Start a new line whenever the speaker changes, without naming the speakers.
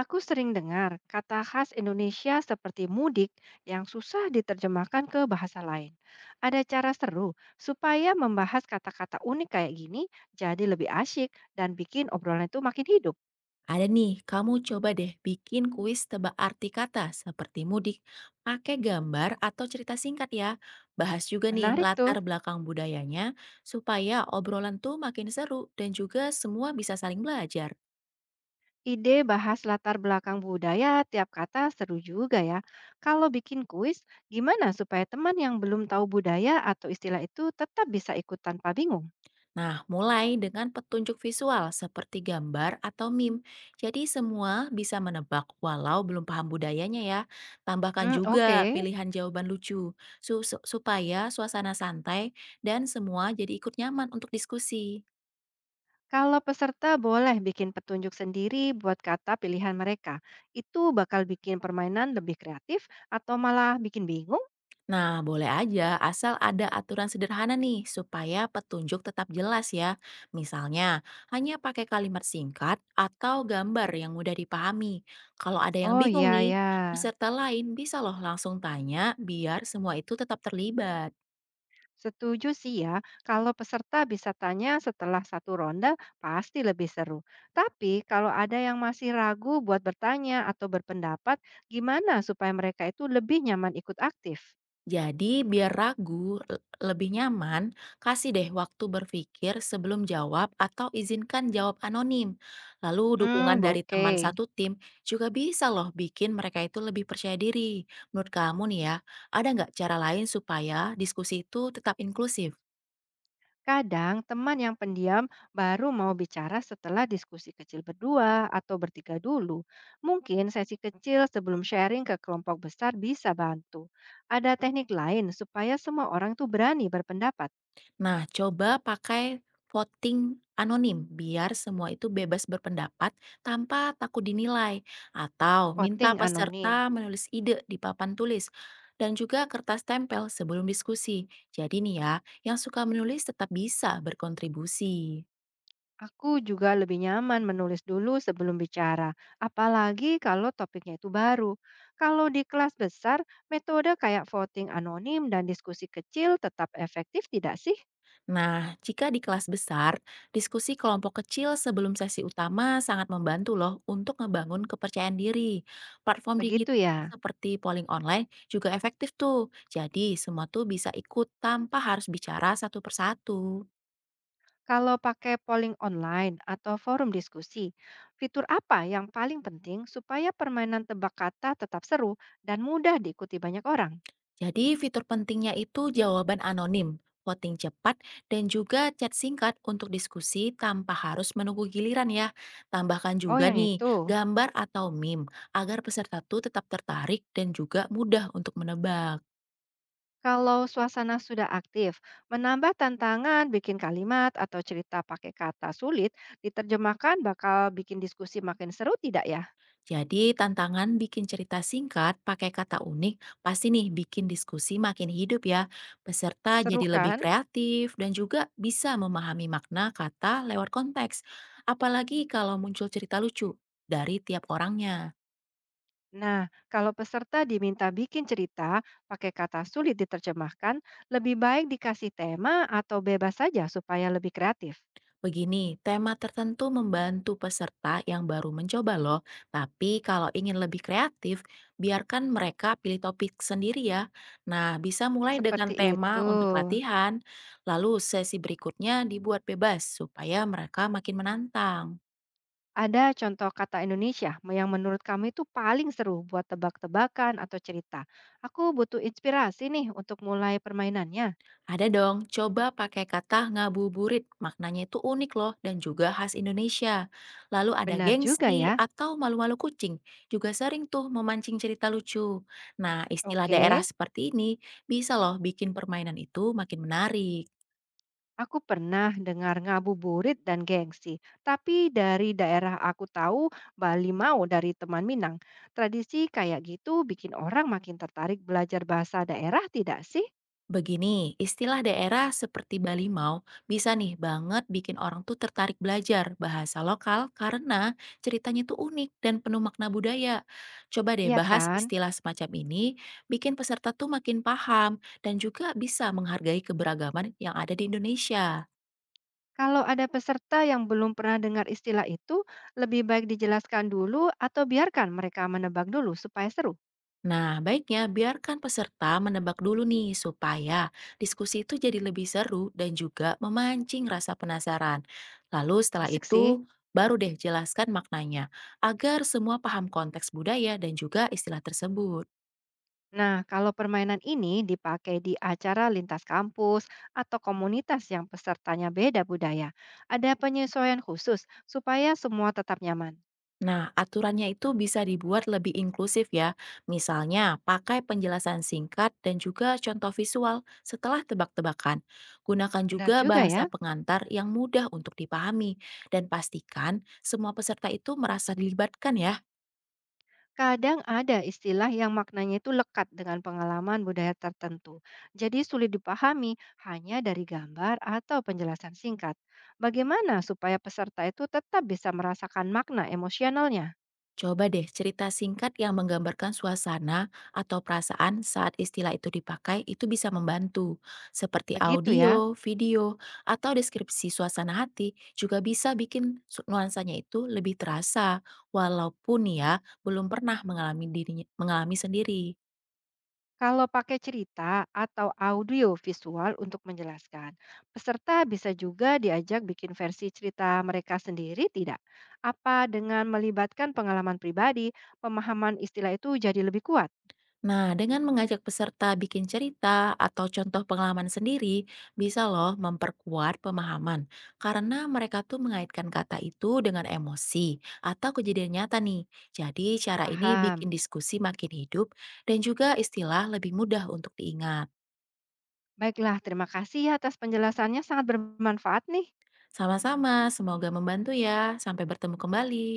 Aku sering dengar kata khas Indonesia seperti mudik yang susah diterjemahkan ke bahasa lain. Ada cara seru supaya membahas kata-kata unik kayak gini jadi lebih asyik dan bikin obrolan itu makin hidup.
Ada nih, kamu coba deh bikin kuis tebak arti kata seperti mudik, pakai gambar atau cerita singkat ya. Bahas juga nih
Menarik tuh.
latar belakang budayanya supaya obrolan tuh makin seru dan juga semua bisa saling belajar.
Ide bahas latar belakang budaya tiap kata seru juga ya. Kalau bikin kuis, gimana supaya teman yang belum tahu budaya atau istilah itu tetap bisa ikut tanpa bingung?
Nah, mulai dengan petunjuk visual seperti gambar atau meme. Jadi semua bisa menebak walau belum paham budayanya ya. Tambahkan
Hmm, oke.
juga pilihan jawaban lucu supaya suasana santai dan semua jadi ikut nyaman untuk diskusi.
Kalau peserta boleh bikin petunjuk sendiri buat kata pilihan mereka, itu bakal bikin permainan lebih kreatif atau malah bikin bingung?
Nah, boleh aja asal ada aturan sederhana nih supaya petunjuk tetap jelas ya. Misalnya, hanya pakai kalimat singkat atau gambar yang mudah dipahami. Kalau ada yang
Oh
bingung
ya
nih,
ya,
peserta lain bisa loh langsung tanya biar semua itu tetap terlibat.
setuju sih ya. Kalau peserta bisa tanya setelah satu ronde, pasti lebih seru. Tapi kalau ada yang masih ragu buat bertanya atau berpendapat, gimana supaya mereka itu lebih nyaman ikut aktif?
Jadi biar ragu lebih nyaman, kasih deh waktu berpikir sebelum jawab atau izinkan jawab anonim. Lalu
Hmm,
dukungan dari
oke.
teman satu tim juga bisa loh bikin mereka itu lebih percaya diri. Menurut kamu nih ya, ada nggak cara lain supaya diskusi itu tetap inklusif?
Kadang teman yang pendiam baru mau bicara setelah diskusi kecil berdua atau bertiga dulu. Mungkin sesi kecil sebelum sharing ke kelompok besar bisa bantu. Ada teknik lain supaya semua orang tuh berani berpendapat.
Nah, coba pakai voting anonim biar semua itu bebas berpendapat tanpa takut dinilai atau
Voting
minta
anonim.
peserta menulis ide di papan tulis dan juga kertas tempel sebelum diskusi. Jadi nih ya, yang suka menulis tetap bisa berkontribusi.
Aku juga lebih nyaman menulis dulu sebelum bicara, apalagi kalau topiknya itu baru. Kalau di kelas besar, metode kayak voting anonim dan diskusi kecil tetap efektif tidak sih?
Nah, jika di kelas besar, diskusi kelompok kecil sebelum sesi utama sangat membantu loh untuk ngebangun kepercayaan diri. Platform
Begitu
digital
ya.
seperti polling online juga efektif tuh. Jadi, semua tuh bisa ikut tanpa harus bicara satu persatu.
Kalau pakai polling online atau forum diskusi, fitur apa yang paling penting supaya permainan tebak kata tetap seru dan mudah diikuti banyak orang?
Jadi fitur pentingnya itu jawaban anonim, voting cepat, dan juga chat singkat untuk diskusi tanpa harus menunggu giliran ya. Tambahkan
Oh,
juga
yang
nih
itu.
gambar atau meme agar peserta tuh tetap tertarik dan juga mudah untuk menebak.
Kalau suasana sudah aktif, menambah tantangan bikin kalimat atau cerita pakai kata sulit diterjemahkan bakal bikin diskusi makin seru tidak ya?
Jadi tantangan bikin cerita singkat pakai kata unik pasti nih bikin diskusi makin hidup ya. Peserta
Seru
jadi lebih
kan?
kreatif dan juga bisa memahami makna kata lewat konteks. Apalagi kalau muncul cerita lucu dari tiap orangnya.
Nah, kalau peserta diminta bikin cerita pakai kata sulit diterjemahkan, lebih baik dikasih tema atau bebas saja supaya lebih kreatif.
Begini, tema tertentu membantu peserta yang baru mencoba loh. Tapi kalau ingin lebih kreatif, biarkan mereka pilih topik sendiri ya. Nah, bisa mulai
Seperti
dengan
itu.
tema untuk latihan, lalu sesi berikutnya dibuat bebas supaya mereka makin menantang.
Ada contoh kata Indonesia yang menurut kamu itu paling seru buat tebak-tebakan atau cerita. Aku butuh inspirasi nih untuk mulai permainannya.
Ada dong, coba pakai kata ngabuburit. Maknanya itu unik loh dan juga khas Indonesia. Lalu ada
Benar juga ya.
gengsi atau malu-malu kucing. Juga sering tuh memancing cerita lucu. Nah, istilah daerah
Oke,
seperti ini bisa loh bikin permainan itu makin menarik.
aku pernah dengar ngabuburit dan gengsi. Tapi dari daerah aku tahu, Bali mau dari teman Minang. Tradisi kayak gitu bikin orang makin tertarik belajar bahasa daerah tidak sih?
Begini, istilah daerah seperti Balimau bisa nih banget bikin orang tuh tertarik belajar bahasa lokal karena ceritanya tuh unik dan penuh makna budaya. Coba deh
Iya
bahas
kan?
istilah semacam ini, bikin peserta tuh makin paham dan juga bisa menghargai keberagaman yang ada di Indonesia.
Kalau ada peserta yang belum pernah dengar istilah itu, lebih baik dijelaskan dulu atau biarkan mereka menebak dulu supaya seru.
Nah, baiknya biarkan peserta menebak dulu nih supaya diskusi itu jadi lebih seru dan juga memancing rasa penasaran. Lalu setelah
Asik sih.
itu baru deh jelaskan maknanya agar semua paham konteks budaya dan juga istilah tersebut.
Nah, kalau permainan ini dipakai di acara lintas kampus atau komunitas yang pesertanya beda budaya, ada penyesuaian khusus supaya semua tetap nyaman.
Nah, aturannya itu bisa dibuat lebih inklusif ya. Misalnya, pakai penjelasan singkat dan juga contoh visual setelah tebak-tebakan. Gunakan
Benar
juga
juga ya.
bahasa pengantar yang mudah untuk dipahami dan pastikan semua peserta itu merasa dilibatkan ya.
Kadang ada istilah yang maknanya itu lekat dengan pengalaman budaya tertentu, jadi sulit dipahami hanya dari gambar atau penjelasan singkat. Bagaimana supaya peserta itu tetap bisa merasakan makna emosionalnya?
Coba deh cerita singkat yang menggambarkan suasana atau perasaan saat istilah itu dipakai itu bisa membantu. Seperti
Begitu ya.
audio, video, atau deskripsi suasana hati juga bisa bikin nuansanya itu lebih terasa walaupun ya belum pernah mengalami dirinya mengalami sendiri.
Kalau pakai cerita atau audio visual untuk menjelaskan, peserta bisa juga diajak bikin versi cerita mereka sendiri tidak? Apa dengan melibatkan pengalaman pribadi, pemahaman istilah itu jadi lebih kuat?
Nah, dengan mengajak peserta bikin cerita atau contoh pengalaman sendiri, bisa loh memperkuat pemahaman. Karena mereka tuh mengaitkan kata itu dengan emosi atau kejadian nyata nih. Jadi, cara ini bikin
Paham.
diskusi makin hidup dan juga istilah lebih mudah untuk diingat.
Baiklah, terima kasih ya atas penjelasannya sangat bermanfaat nih.
Sama-sama, semoga membantu ya. Sampai bertemu kembali.